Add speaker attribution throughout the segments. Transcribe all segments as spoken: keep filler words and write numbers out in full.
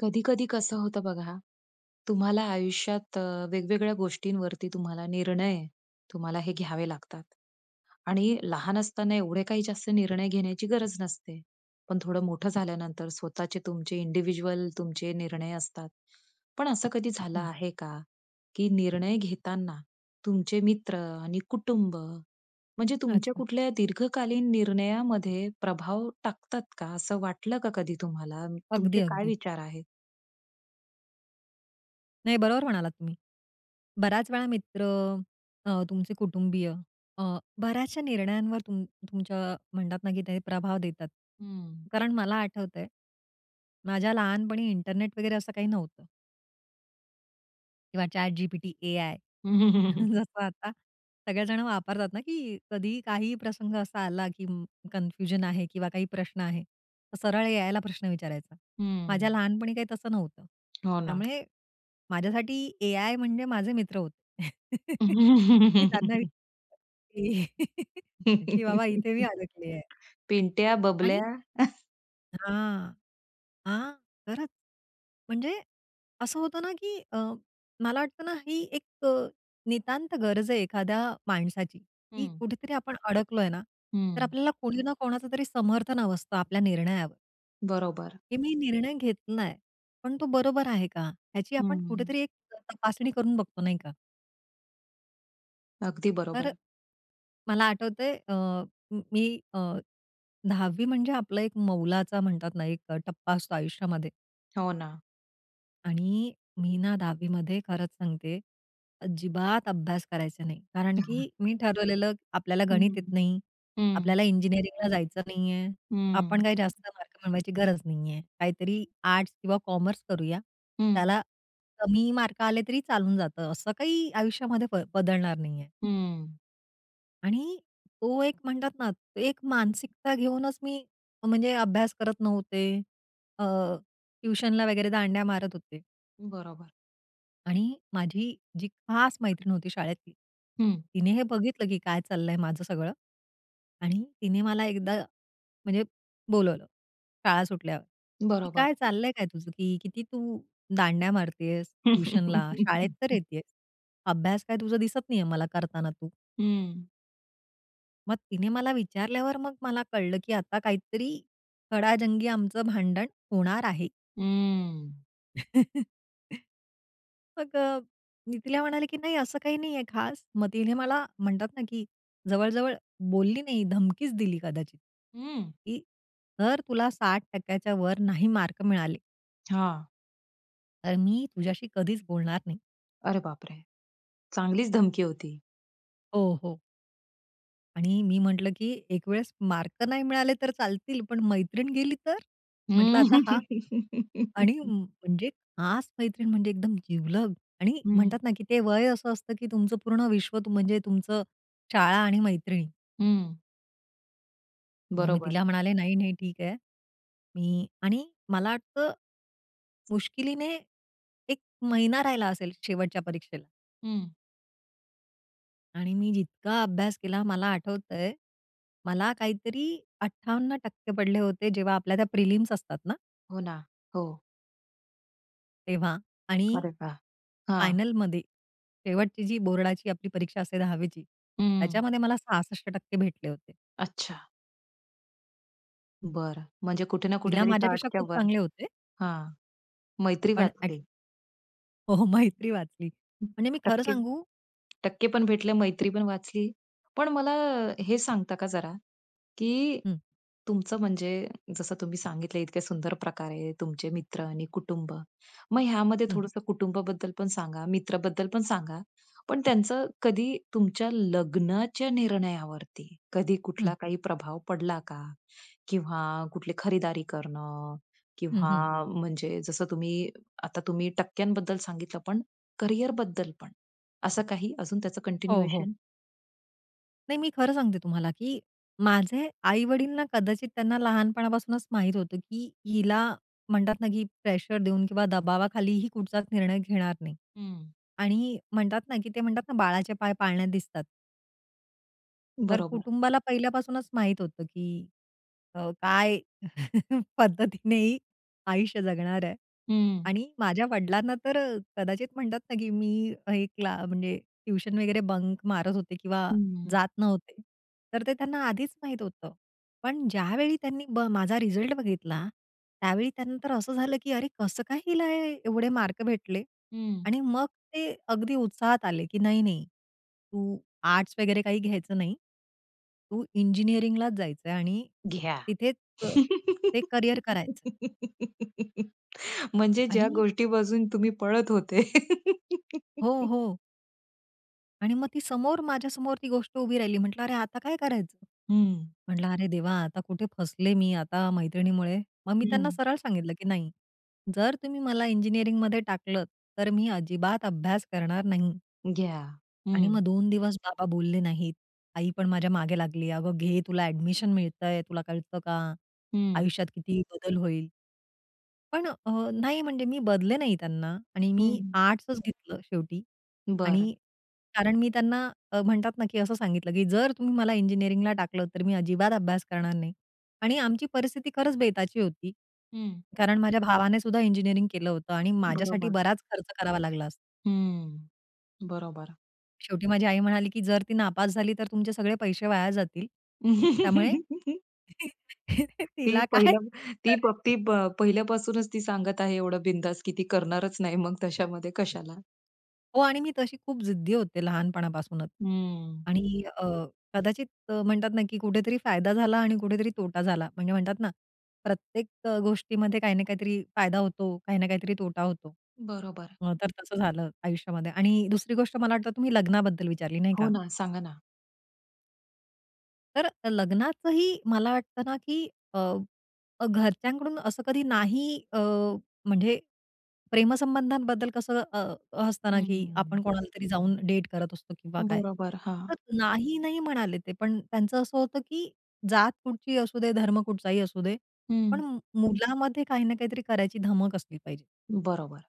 Speaker 1: कधी-कधी कसं होतं बघा, तुम्हाला आयुष्यात अ, वेगवेगळ्या गोष्टींवरती तुम्हाला निर्णय तुम्हाला हे घ्यावे लागतात. आणि लहान असताना एवढे काही जास्त निर्णय घेण्याची गरज नसते. पण थोडं मोठं झाल्यानंतर स्वतःचे तुमचे इंडिव्हिज्युअल तुमचे निर्णय असतात. पण असं कधी झालं
Speaker 2: हं,
Speaker 1: आहे का, की निर्णय घेताना तुमचे मित्र आणि कुटुंब म्हणजे तुमच्या
Speaker 2: अच्छा.
Speaker 1: कुठल्या दीर्घकालीन निर्णयामध्ये प्रभाव टाकतात का? असं वाटलं का कधी तुम्हाला?
Speaker 2: अगदी,
Speaker 1: तुमचे काय
Speaker 2: अगदी.
Speaker 1: विचार आहेत?
Speaker 2: नाही, बरोबर म्हणालात तुम्ही. बऱ्याच वेळा मित्र, अ, तुमचे कुटुंबीय, अ, बऱ्याचशा निर्णयांवर तुम तुमच्या म्हणतात ना, की ते प्रभाव देतात.
Speaker 1: हं.
Speaker 2: कारण मला आठवतंय, माझ्या लहानपणी इंटरनेट वगैरे असं काही नव्हतं किंवा ChatGPT, एआय.
Speaker 1: हं.
Speaker 2: जसं आता सगळेजण वापरतात ना, की कधी काही प्रसंग असा आला, की कन्फ्युजन आहे किंवा काही प्रश्न आहे, तर सरळ एआयला प्रश्न विचारायचा. माझ्या लहानपणी काही तसं नव्हतं.
Speaker 1: हो ना.
Speaker 2: त्यामुळे माझ्यासाठी एआय म्हणजे माझे मित्र होते. मी त्यांना विचारायची की की बाबा इथे मी अडकली आहे
Speaker 1: पिंट्या,
Speaker 2: आणि
Speaker 1: बबल्या.
Speaker 2: हां, हां, खरंच. म्हणजे असं होतं ना, की अ, मला वाटतं ना ही एक, अ, नितांत गरज आहे एखाद्या माणसाची, की
Speaker 1: हं,
Speaker 2: कुठेतरी आपण अडकलोय ना, तर
Speaker 1: हं.
Speaker 2: आपल्याला कोणी ना कोणाचं तरी समर्थन हवं असतं आपल्या निर्णयावर,
Speaker 1: बरोबर.
Speaker 2: की मी निर्णय घेतलाय, पण तो बरोबर आहे का? ह्याची आपण
Speaker 1: हं.
Speaker 2: कुठेतरी एक तपासणी करून बघतो नाही का?
Speaker 1: अगदी
Speaker 2: तर
Speaker 1: बरोबर.
Speaker 2: मला आठवतंय, अ, म मी, अ, दहावी म्हणजे आपला एक मौलाचा म्हणतात ना, एक, अ, टप्पा असतो आयुष्यामध्ये.
Speaker 1: हो ना.
Speaker 2: आणि मी ना दहावी मध्ये खरंच सांगते, अजिबात अभ्यास करायचा नाही. कारण की मी ठरवलेलं, आपल्याला
Speaker 1: हं,
Speaker 2: गणित येत नाही,
Speaker 1: हं,
Speaker 2: आपल्याला इंजिनिअरिंगला जायचं नाहीये, आपण
Speaker 1: हं,
Speaker 2: काही जास्त मार्क मिळवायची गरज नाहीये. काहीतरी आर्ट्स किंवा कॉमर्स करूया.
Speaker 1: हं,
Speaker 2: त्याला कमी मार्क आले तरी चालून जातं. असं काही आयुष्यामध्ये ब बदलणार नाहीये.
Speaker 1: हं.
Speaker 2: आणि तो एक म्हणतात ना, एक मानसिकता घेऊनच मी म्हणजे अभ्यास करत नव्हते. अ, ट्युशनला वगैरे दांड्या मारत होते.
Speaker 1: बरोबर.
Speaker 2: आणि माझी जी खास मैत्रीण होती शाळेतली,
Speaker 1: हं,
Speaker 2: तिने हे बघितलं की काय चाललंय माझं सगळं, आणि तिने मला एकदा म्हणजे बोलवलं शाळा सुटल्यावर, की
Speaker 1: बरोबर.
Speaker 2: "काय चाललंय काय तुझं? की किती तू दांड्या मारतेयेस ट्युशनला, शाळेत तर येतेयेस. अभ्यास काय तुझा दिसत नाहीये मला करताना तू."
Speaker 1: हं,
Speaker 2: मग तिने मला विचारल्यावर मग मला कळलं, की आता काहीतरी खडाजंगी आमचं भांडण होणार आहे.
Speaker 1: हं,
Speaker 2: मग अ, मी तिला म्हणाले, की "नाही, असं काही नाहीये खास." मग तिने मला म्हणतात ना, की जवळ-जवळ बोलली नाही, धमकीच दिली कदाचित,
Speaker 1: हं.
Speaker 2: की "जर तुला साठ टक्के च्या वर नाही मार्क मिळाले,
Speaker 1: हां.
Speaker 2: तर मी तुझ्याशी कधीच बोलणार नाही."
Speaker 1: अरे बापरे! चांगलीच धमकी होती.
Speaker 2: हो, हो. आणि मी म्हटलं, की "एक वेळेस मार्क नाही मिळाले तर चालतील, पण मैत्रीण गेली तर?" म्हटलं, "आता
Speaker 1: हं.
Speaker 2: हा, आणि म- म्हणजे खास मैत्रीण म्हणजे एकदम जिवलग, आणि
Speaker 1: हं,
Speaker 2: म्हणतात ना, की ते वय असं असतं, की तुमचं पूर्ण विश्व तुम- म्हणजे तुमचं शाळा आणि मैत्रिणी."
Speaker 1: हं.
Speaker 2: मग मी
Speaker 1: बरोबर.
Speaker 2: तिला म्हणाले, "नाही, नाही, ठीक आहे." मी आणि मला वाटतं मुश्किलीने एक महिना राहिला असेल शेवटच्या परीक्षेला, आणि मी जितका अभ्यास केला मला आठवतंय, मला काहीतरी अठ्ठावन्न टक्के पडले होते जेव्हा आपल्या त्या प्रिलिम्स असतात ना,
Speaker 1: हो ना. हो.
Speaker 2: तेव्हा. आणि
Speaker 1: अरे वाह! हां.
Speaker 2: फायनलमध्ये शेवटची जी बोर्डाची आपली परीक्षा असते दहावीची,
Speaker 1: हं.
Speaker 2: त्याच्यामध्ये मला सहासष्ट टक्के भेटले होते.
Speaker 1: अच्छा. बरं. म्हणजे कुठे ना
Speaker 2: तिला
Speaker 1: कुठेतरी
Speaker 2: माझ्यापेक्षा
Speaker 1: साठच्या
Speaker 2: खूप
Speaker 1: वर.
Speaker 2: चांगले होते,
Speaker 1: हां. मैत्री
Speaker 2: पण ॲट
Speaker 1: वाचली.
Speaker 2: हो, हो, मैत्री वाचली. म्हणजे मी खरं
Speaker 1: टक्के
Speaker 2: सांगू,
Speaker 1: टक्के पण भेटले, मैत्री पण वाचली. पण मला हे सांगता का जरा, की
Speaker 2: हं,
Speaker 1: तुमचं म्हणजे जसं तुम्ही सांगितलं इतक्या सुंदर प्रकारे तुमचे मित्र आणि कुटुंब. मग ह्यामध्ये
Speaker 2: हं,
Speaker 1: थोडंसं कुटुंबाबद्दल पण सांगा, मित्राबद्दल पण सांगा. पण त्यांचं कधी तुमच्या लग्नाच्या निर्णयावरती कधी
Speaker 2: हं,
Speaker 1: कुठला काही प्रभाव पडला का? किंवा कुठली खरीदारी करणं
Speaker 2: हं,
Speaker 1: किंवा
Speaker 2: हं.
Speaker 1: म्हणजे जसं तुम्ही आता तुम्ही टक्क्यांबद्दल सांगितलं, पण करिअर बद्दल पण. असं काही अजून त्याचं
Speaker 2: हो, हो.
Speaker 1: कंटिन्युएशन?
Speaker 2: नाही, मी खरं सांगते तुम्हाला, की माझे आई-वडील ना, कदाचित त्यांना लहानपणापासूनच माहीत होतं, की हिला म्हणतात ना, की प्रेशर देऊन किंवा दबावाखाली ही कुठचाच निर्णय घेणार नाही.
Speaker 1: हं.
Speaker 2: आणि म्हणतात ना, की ते म्हणतात ना, बाळाचे पाय पाळण्यात दिसतात. तर
Speaker 1: बरोबर.
Speaker 2: कुटुंबाला पहिल्यापासूनच माहीत होतं, की अ, काय पद्धतीने ही आयुष्य जगणार आहे.
Speaker 1: हं.
Speaker 2: आणि माझ्या वडिलांना तर, अ, कदाचित म्हणतात ना, की मी हे क्ला म्हणजे ट्युशन वगैरे बंक मारत होते किंवा
Speaker 1: हं.
Speaker 2: जात नव्हते. तर ते त्यांना आधीच माहीत होतं. पण ज्यावेळी त्यांनी ब माझा रिझल्ट बघितला, त्यावेळी त्यांना तर असं झालं, की "अरे, कसं काय हिला हे एवढे मार्क भेटले?"
Speaker 1: हं.
Speaker 2: आणि मग ते अगदी उत्साहात आले, की "नाही, नाही, तू आर्ट्स वगैरे काही घ्यायचं नाही. तू इंजिनिअरिंगलाच जायचंय आणि
Speaker 1: घ्या.
Speaker 2: तिथेच, अ, ते करिअर करायचंय."
Speaker 1: म्हणजे ज्या
Speaker 2: आणि
Speaker 1: गोष्टीपासून तुम्ही पळत होते.
Speaker 2: हो, हो. आणि मग ती समोर, माझ्यासमोर ती गोष्ट उभी राहिली. म्हटलं, "अरे, आता काय करायचं?"
Speaker 1: हं.
Speaker 2: म्हटलं, "अरे देवा, आता कुठे फसले मी आता मैत्रिणीमुळे." मग मी
Speaker 1: हं.
Speaker 2: त्यांना सरळ सांगितलं, की "नाही, जर तुम्ही मला इंजिनिअरिंगमध्ये टाकलत, तर मी अजिबात अभ्यास करणार नाही."
Speaker 1: घ्या. हं.
Speaker 2: आणि मग दोन दिवस बाबा बोलले नाहीत. आई पण माझ्या मागे लागली, "अगं घे, तुला ॲडमिशन मिळतंय, तुला कळतं का?
Speaker 1: हं.
Speaker 2: आयुष्यात किती बदल होईल." पण अ, नाही, म्हणजे मी बदले नाही त्यांना आणि मी
Speaker 1: हं.
Speaker 2: आर्ट्सच घेतलं शेवटी. आणि
Speaker 1: बरं.
Speaker 2: कारण मी त्यांना, अ, म्हणतात ना, की असं सांगितलं, की "जर तुम्ही मला इंजिनिअरिंगला टाकलं, तर मी अजिबात अभ्यास करणार नाही." आणि आमची परिस्थिती खरंच बेताची होती.
Speaker 1: हं.
Speaker 2: कारण माझ्या भावाने सुद्धा इंजिनिअरिंग केलं होतं आणि माझ्यासाठी
Speaker 1: बरोबर.
Speaker 2: बराच खर्च करावा लागला.
Speaker 1: हं. बरोबर.
Speaker 2: शेवटी माझी आई म्हणाली, की "जर ती नापास झाली तर तुमचे सगळे पैसे वाया जातील. त्यामुळे
Speaker 1: ती
Speaker 2: तिला काय
Speaker 1: पहिलं ती प-
Speaker 2: करायचं."
Speaker 1: ती प पहिल्यापासूनच ती सांगत आहे एवढं बिनधास्त की ती करणारच नाही मग तशामध्ये कशाला.
Speaker 2: हो, आणि मी तशी खूप जिद्दी होते लहानपणापासूनच.
Speaker 1: हम्म.
Speaker 2: आणि अ, कदाचित, अ, म्हणतात ना, की कुठेतरी फायदा झाला आणि कुठेतरी तोटा झाला. म्हणजे म्हणतात ना, प्रत्येक, अ, गोष्टीमध्ये काही ना काहीतरी फायदा होतो, काही ना काहीतरी तोटा होतो.
Speaker 1: बरोबर.
Speaker 2: अ, तर तसं झालं आयुष्यामध्ये. आणि दुसरी गोष्ट, मला वाटतं तुम्ही लग्नाबद्दल विचारली नाही
Speaker 1: हो
Speaker 2: का?
Speaker 1: ना, सांगा ना.
Speaker 2: तर लग्नाचंही मला वाटतं ना, की अ, अ, घरच्यांकडून असं कधी नाही, अ, म्हणजे प्रेमसंबंधांबद्दल कसं, अ, असतं ना, की
Speaker 1: हम्म.
Speaker 2: आपण कोणाला तरी जाऊन डेट करत असतो किंवा काय.
Speaker 1: बरोबर. हां.
Speaker 2: तर नाही, नाही म्हणाले ते. पण त्यांचं असं होतं, की जात कुठची असू दे, धर्म कुठचाही असू दे, पण
Speaker 1: हं.
Speaker 2: मुलामध्ये काही ना काहीतरी करायची धमक असली पाहिजे.
Speaker 1: बरोबर,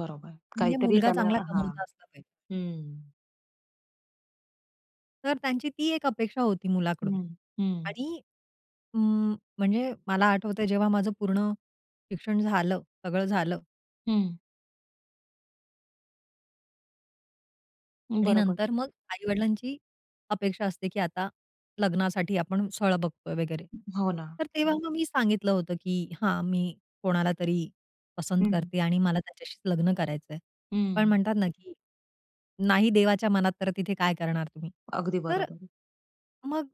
Speaker 1: बरोबर.
Speaker 2: म्हणजे
Speaker 1: काहीतरी
Speaker 2: मुलगा
Speaker 1: त्याला
Speaker 2: चांगला
Speaker 1: हां.
Speaker 2: कमवता असला पाहिजे.
Speaker 1: हं.
Speaker 2: तर त्यांची ती एक अपेक्षा होती मुलाकडून.
Speaker 1: हं, हं,
Speaker 2: आणि अं, म्हणजे मला आठवतंय जेव्हा माझं पूर्ण शिक्षण झालं, सगळं झालं,
Speaker 1: हं.
Speaker 2: आणि
Speaker 1: बरोबर.
Speaker 2: नंतर मग आई-वडिलांची अपेक्षा असते, की आता लग्नासाठी आपण स्थळ बघतोय वगैरे.
Speaker 1: हो ना.
Speaker 2: तर तेव्हा हं. मग मी सांगितलं होतं, की हां, मी कोणाला तरी पसंत
Speaker 1: हं,
Speaker 2: करते आणि मला त्याच्याशीच लग्न करायचंय. पण
Speaker 1: हं.
Speaker 2: म्हणतात ना, की नाही देवाच्या मनात तर तिथे काय करणार तुम्ही?
Speaker 1: अगदी
Speaker 2: तर
Speaker 1: बरोबर.
Speaker 2: मग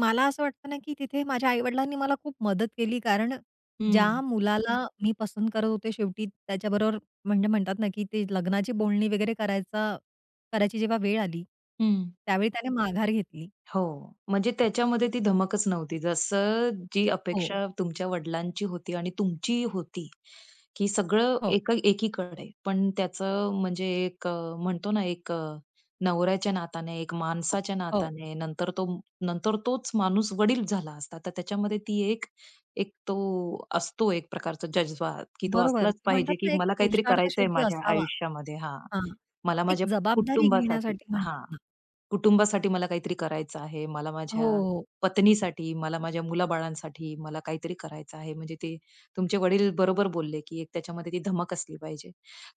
Speaker 2: मला असं वाटतं ना, की तिथे माझ्या आई मला खूप मदत केली. कारण ज्या
Speaker 1: हं,
Speaker 2: मुलाला मी पसंत करत होते शेवटी त्याच्याबरोबर, म्हणजे म्हणतात ना, की ते लग्नाची बोलणी वगैरे करायचा करायची जेव्हा वेळ आली,
Speaker 1: हं.
Speaker 2: त्यावेळी त्याने माघार घेतली.
Speaker 1: हो. म्हणजे त्याच्यामध्ये ती धमकच नव्हती. जसं जी
Speaker 2: हो,
Speaker 1: अपेक्षा तुमच्या वडिलांची होती आणि तुमची होती, की सगळं
Speaker 2: हो,
Speaker 1: एक एकीकडे. पण त्याचं म्हणजे एक अ, म्हणतो ना एक अ, नवऱ्याच्या नाताने, एक माणसाच्या
Speaker 2: हो.
Speaker 1: नाताने, नंतर तो नंतर तोच माणूस वडील झाला असता. तर त्याच्यामध्ये ती एक एक तो असतो एक प्रकारचा जज्बा, की तो
Speaker 2: बरोबर.
Speaker 1: असलाच
Speaker 2: म्हणतात
Speaker 1: पाहिजे,
Speaker 2: ना,
Speaker 1: की
Speaker 2: एक
Speaker 1: मला काहीतरी
Speaker 2: पुरुषार्थ
Speaker 1: करायचंय
Speaker 2: शेवटी
Speaker 1: माझ्या
Speaker 2: असावा.
Speaker 1: आयुष्यामध्ये. हां.
Speaker 2: हां,
Speaker 1: मला
Speaker 2: एक
Speaker 1: माझ्या
Speaker 2: जबाबदारी
Speaker 1: कुटुंबासाठी
Speaker 2: घेण्यासाठी म्हणतात
Speaker 1: हां.
Speaker 2: ना.
Speaker 1: कुटुंबासाठी मला काहीतरी करायचं आहे. मला
Speaker 2: हो,
Speaker 1: माझ्या
Speaker 2: हो.
Speaker 1: पत्नीसाठी, मला माझ्या मुलाबाळांसाठी मला काहीतरी करायचं आहे. म्हणजे ते तुमचे वडील बरोबर बोलले, की एक त्याच्यामध्ये ती धमक असली पाहिजे.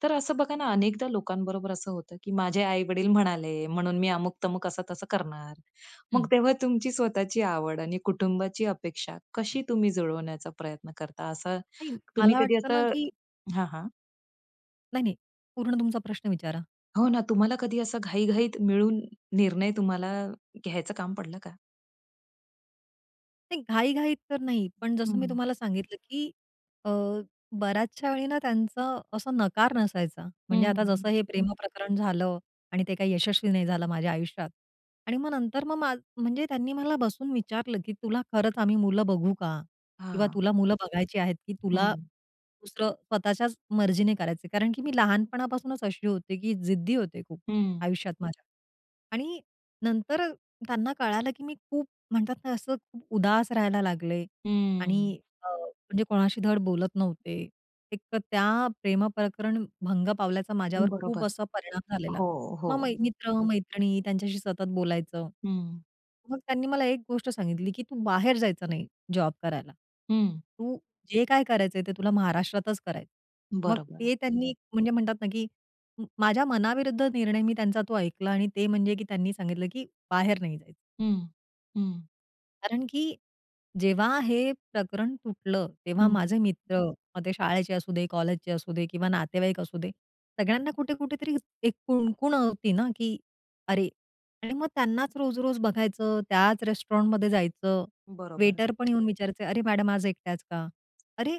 Speaker 1: तर असं बघा ना, अनेकदा लोकांबरोबर असं होतं, की माझे आई-वडील म्हणाले, म्हणून मी अमुक-तमुक असं-तसं करणार. मग
Speaker 2: हं.
Speaker 1: तेव्हा तुमची स्वतःची आवड आणि कुटुंबाची अपेक्षा कशी तुम्ही जुळवण्याचा प्रयत्न करता? असं
Speaker 2: नाही,
Speaker 1: तुम्ही
Speaker 2: मला
Speaker 1: कधी
Speaker 2: वाटतं ना,
Speaker 1: असं
Speaker 2: की
Speaker 1: हां, हां.
Speaker 2: नाही, नाही. पूर्ण तुमचा प्रश्न विचारा.
Speaker 1: हो ना, तुम्हाला कधी असं घाई मिळून निर्णय तुम्हाला घ्यायचं काम पडलं का?
Speaker 2: नाही, घाई तर नाही. पण जसं मी
Speaker 1: हं.
Speaker 2: तुम्हाला सांगितलं, की अ, बऱ्याचशा वेळी ना त्यांचा असा नकार नसायचा. म्हणजे आता जसं
Speaker 1: हं.
Speaker 2: हे हं. प्रकरण झालं आणि ते काही यशस्वी नाही झालं माझ्या आयुष्यात. आणि मग नंतर मग मा म्हणजे त्यांनी मला बसून विचारलं, की "तुला खरंच आम्ही मुलं बघू का? किंवा
Speaker 1: हां.
Speaker 2: तुला मुलं बघायची आहेत, की तुला
Speaker 1: हं,
Speaker 2: दुसरं स्वतःच्याच मर्जीने करायचं?" कारण की मी लहानपणापासूनच अशी होते, की जिद्दी होते खूप
Speaker 1: हं,
Speaker 2: आयुष्यात माझ्या. आणि नंतर त्यांना कळालं, की मी खूप, म्हणतात ना, असं खूप उदास राहायला लागले आणि
Speaker 1: हं.
Speaker 2: अ, म्हणजे कोणाशी धड बोलत नव्हते. एक तर त्या प्रेमप्रकरण भंग पावल्याचा माझ्यावर खूप
Speaker 1: बरोबर.
Speaker 2: असा परिणाम झालेला.
Speaker 1: हो, हो.
Speaker 2: मग मै मित्र-मैत्रिणी त्यांच्याशी सतत बोलायचं.
Speaker 1: हं,
Speaker 2: मग त्यांनी मला एक गोष्ट सांगितली, की "तू बाहेर जायचं नाही जॉब करायला.
Speaker 1: हं.
Speaker 2: तू जे काय करायचंय ते तुला महाराष्ट्रातच करायचं." मग
Speaker 1: बरोबर.
Speaker 2: ते त्यांनी, म्हणजे म्हणतात ना, की म माझ्या मनाविरुद्ध निर्णय मी त्यांचा तो ऐकला आणि ते म्हणजे की त्यांनी सांगितलं, की बाहेर नाही जायचं.
Speaker 1: हं, हं,
Speaker 2: कारण की जेव्हा हे प्रकरण तुटलं, तेव्हा
Speaker 1: हं.
Speaker 2: माझे मित्र, हं. मग ते शाळेचे असू दे, कॉलेजचे असू दे किंवा नातेवाईक असू दे, सगळ्यांना कुठे-कुठेतरी एक कुणकुण होती ना, की अरे, आणि मग त्यांनाच रोज-रोज बघायचं, त्याच रेस्टॉरंटमध्ये जायचं.
Speaker 1: बरोबर.
Speaker 2: वेटर पण येऊन विचारायचे, "अरे मॅडम आज एकट्याच का?" अरे,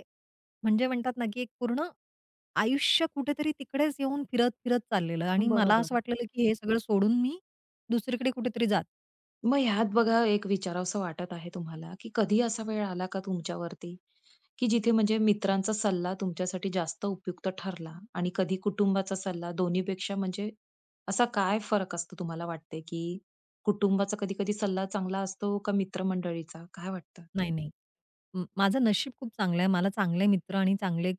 Speaker 2: म्हणजे म्हणतात ना, की एक पूर्ण आयुष्य कुठेतरी तिकडेच येऊन फिरत-फिरत चाललेलं आणि मला असं
Speaker 1: बरोबर.
Speaker 2: वाटलेलं, की हे सगळं सोडून मी दुसरीकडे कुठेतरी जात
Speaker 1: मग ह्यात बघा एक विचारावसं वाटत आहे तुम्हाला, की कधी असा वेळ आला का तुमच्यावरती, की जिथे म्हणजे मित्रांचा सल्ला तुमच्यासाठी जास्त उपयुक्त ठरला आणि कधी कुटुंबाचा सल्ला दोन्हीपेक्षा म्हणजे असा काय फरक असतो तुम्हाला वाटते, की कुटुंबाचा कधी-कधी सल्ला चांगला असतो का मित्रमंडळीचा? काय वाटतं?
Speaker 2: नाही, हो. नाही. म माझं नशीब खूप चांगलं आहे. मला चांगले मित्र आणि चांगले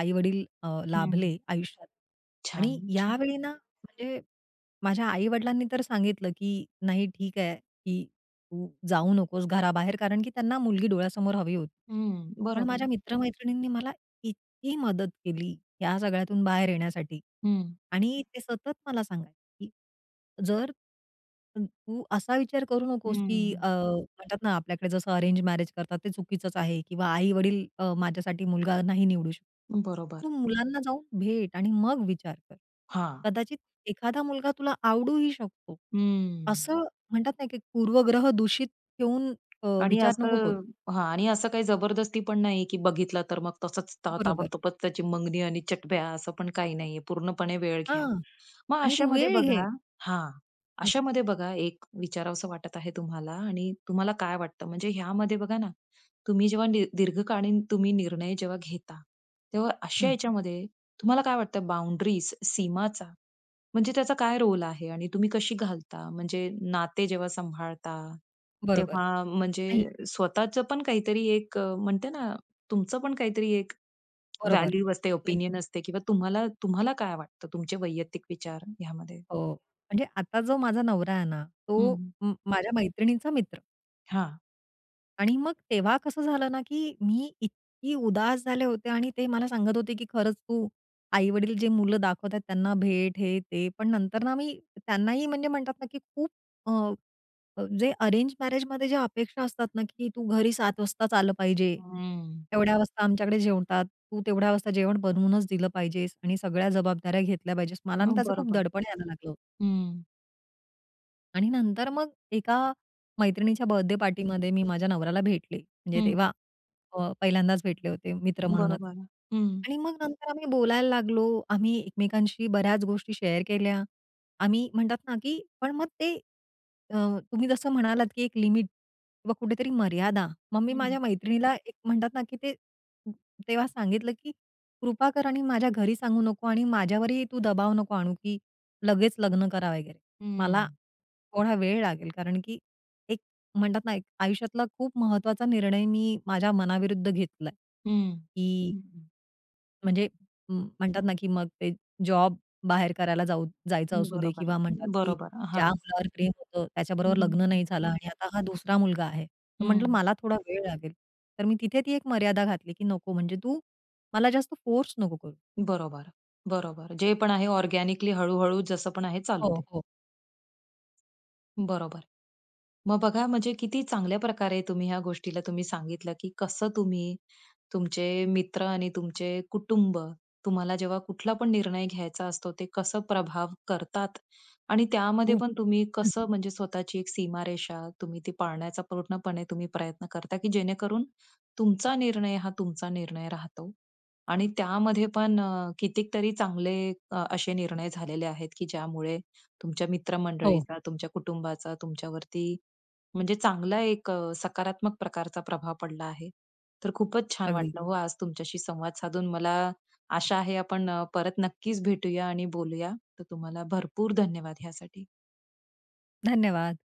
Speaker 2: आई-वडील लाभले आयुष्यात.
Speaker 1: छान,
Speaker 2: आणि
Speaker 1: छान.
Speaker 2: यावेळी ना, म्हणजे माझ्या आई-वडिलांनी तर सांगितलं, की "नाही, ठीक आहे, की तू जाऊ नकोस घराबाहेर." कारण की त्यांना मुलगी डोळ्यासमोर हवी होती.
Speaker 1: हं,
Speaker 2: पण माझ्या
Speaker 1: बरोबर.
Speaker 2: हं. मला इतकी मदत केली, या सगळ्यातून बाहेर येण्यासाठी.
Speaker 1: हं,
Speaker 2: आणि ते सतत मला सांगायचे, की "जर, तू असा विचार करू नकोस, की
Speaker 1: हं.
Speaker 2: अ, म्हणतात ना आपल्याकडे जसं अरेंज मॅरेज करतात ते चुकीचंच आहे किंवा आई-वडील, अ, माझ्यासाठी मुलगा नाही निवडू शकतो.
Speaker 1: बरोबर.
Speaker 2: तू मुलांना जाऊन भेट आणि मग विचार कर.
Speaker 1: हां.
Speaker 2: कदाचित एखादा मुलगा तुला आवडूही शकतो.
Speaker 1: हं.
Speaker 2: असं म्हणतात ना, की पूर्वग्रह दूषित ठेवून, अ,
Speaker 1: आणि
Speaker 2: विचार
Speaker 1: असं
Speaker 2: नको करू."
Speaker 1: हां. आणि असं काही जबरदस्ती पण नाही, की बघितला तर मग तसंच ता
Speaker 2: बरोबर.
Speaker 1: ताबडतोबच त्याची मंगनी आणि चटप्या असं पण काही नाहीये. पूर्णपणे वेळ घ्या.
Speaker 2: हां.
Speaker 1: मग
Speaker 2: आणि तू
Speaker 1: अशामध्ये
Speaker 2: वेळ घे.
Speaker 1: बघा हां.
Speaker 2: हं,
Speaker 1: अशामध्ये बघा एक विचारावसं वाटत आहे तुम्हाला आणि तुम्हाला काय वाटतं? म्हणजे ह्यामध्ये बघा ना, तुम्ही जेव्हा दी दीर्घकालीन तुम्ही निर्णय जेव्हा घेता, तेव्हा अशा
Speaker 2: हं.
Speaker 1: ह्याच्यामध्ये तुम्हाला काय वाटतं बाउंडरीज सीमाचा म्हणजे त्याचा काय रोल आहे आणि तुम्ही कशी घालता? म्हणजे नाते जेव्हा सांभाळता
Speaker 2: बरोबर.
Speaker 1: तेव्हा
Speaker 2: नाही,
Speaker 1: म्हणजे स्वतःचं पण काहीतरी एक अ, म्हणते ना, तुमचं पण काहीतरी एक
Speaker 2: बरोबर.
Speaker 1: व्हॅल्यू असते,
Speaker 2: नाही.
Speaker 1: ओपिनियन असते किंवा तुम्हाला तुम्हाला काय वाटतं तुमचे वैयक्तिक विचार ह्यामध्ये?
Speaker 2: हो. म्हणजे आता जो माझा नवरा आहे ना, तो
Speaker 1: हं.
Speaker 2: म माझ्या मैत्रिणीचा मित्र.
Speaker 1: हां.
Speaker 2: आणि मग तेव्हा कसं झालं ना, की मी इतकी उदास झाले होते आणि ते मला सांगत होते, की "खरंच तू आई-वडील जे मुलं दाखवत आहेत त्यांना भेट" हे ते. पण नंतर ना, मी त्यांनाही म्हणजे म्हणतात ना, की खूप, अ, अ, जे अरेंज मॅरेजमध्ये ज्या अपेक्षा असतात ना, की "तू घरी सात वाजताच आलं पाहिजे.
Speaker 1: हं.
Speaker 2: एवढ्या वाजता आमच्याकडे जेवतात. तू तेवढ्या वाजता जेवण बनवूनच दिलं पाहिजेस आणि सगळ्या जबाबदाऱ्या घेतल्या पाहिजेस." मला ना
Speaker 1: हं,
Speaker 2: त्याचं खूप
Speaker 1: बरोबर.
Speaker 2: दडपण यायला लागलं.
Speaker 1: हं.
Speaker 2: आणि नंतर मग एका मैत्रिणीच्या बर्थडे पार्टीमध्ये मी माझ्या नवऱ्याला भेटले. म्हणजे
Speaker 1: हं.
Speaker 2: तेव्हा, अ, पहिल्यांदाच भेटले होते मित्र म्हणूनच.
Speaker 1: बरोबर. हं.
Speaker 2: आणि मग नंतर आम्ही बोलायला लागलो. आम्ही एकमेकांशी बऱ्याच गोष्टी शेअर केल्या. आम्ही म्हणतात ना, की पण मग ते, अ, तुम्ही जसं म्हणालात, की एक लिमिट किंवा कुठेतरी मर्यादा. मग मी
Speaker 1: हं.
Speaker 2: माझ्या मैत्रिणीला एक म्हणतात ना, की ते तेव्हा सांगितलं, की "कृपा कर आणि माझ्या घरी सांगू नको आणि माझ्यावरही तू दबाव नको आणू, की लगेच लग्न करा वगैरे. मला
Speaker 1: हं.
Speaker 2: थोडा वेळ लागेल. कारण की एक म्हणतात ना, एक आयुष्यातला खूप महत्वाचा निर्णय मी माझ्या मनाविरुद्ध घेतलाय,
Speaker 1: हं.
Speaker 2: की
Speaker 1: हं.
Speaker 2: म्हणजे म म्हणतात ना, की मग ते जॉब बाहेर करायला जाऊ जायचं असू दे
Speaker 1: बरोबर.
Speaker 2: किंवा म्हणतात, की
Speaker 1: बरोबर.
Speaker 2: ज्या
Speaker 1: हां.
Speaker 2: मुलावर प्रेम होतं त्याच्याबरोबर लग्न नाही
Speaker 1: हं.
Speaker 2: झालं आणि आता हा दुसरा मुलगा आहे. तर म्हटलं
Speaker 1: हं.
Speaker 2: मला थोडा वेळ लागेल." तर मी तिथे ती एक मर्यादा घातली, की नको, म्हणजे तू मला जास्त फोर्स नको करू.
Speaker 1: बरोबर. बरोबर. जे पण आहे ऑर्गॅनिकली हळू जसं पण आहे चालू
Speaker 2: हो,
Speaker 1: दे.
Speaker 2: हो.
Speaker 1: बरोबर. मग बघा म्हणजे किती चांगल्या प्रकारे तुम्ही ह्या गोष्टीला तुम्ही सांगितलं, की कसं तुम्ही तुमचे मित्र आणि तुमचे कुटुंब तुम्हाला जेव्हा कुठला पण निर्णय घ्यायचा असतो, ते कसं प्रभाव करतात आणि त्यामध्ये
Speaker 2: खूप.
Speaker 1: पण तुम्ही कसं म्हणजे स्वतःची एक सीमारेषा तुम्ही ती पाळण्याचा पूर्णपणे तुम्ही प्रयत्न करता, की जेणेकरून तुमचा निर्णय हा तुमचा निर्णय राहतो. आणि त्यामध्ये पण अ, कितीतरी चांगले अ, असे निर्णय झालेले आहेत, की ज्यामुळे तुमच्या
Speaker 2: हो, हो.
Speaker 1: मित्रमंडळीचा, तुमच्या कुटुंबाचा तुमच्यावरती म्हणजे चांगला एक अ, सकारात्मक प्रकारचा प्रभाव पडला आहे. तर खूपच छान
Speaker 2: अगदी.
Speaker 1: वाटलं हो आज तुमच्याशी संवाद साधून. मला आशा आहे आपण अ, परत नक्कीच भेटूया आणि बोलूया. तर तुम्हाला भरपूर धन्यवाद ह्यासाठी.
Speaker 2: धन्यवाद.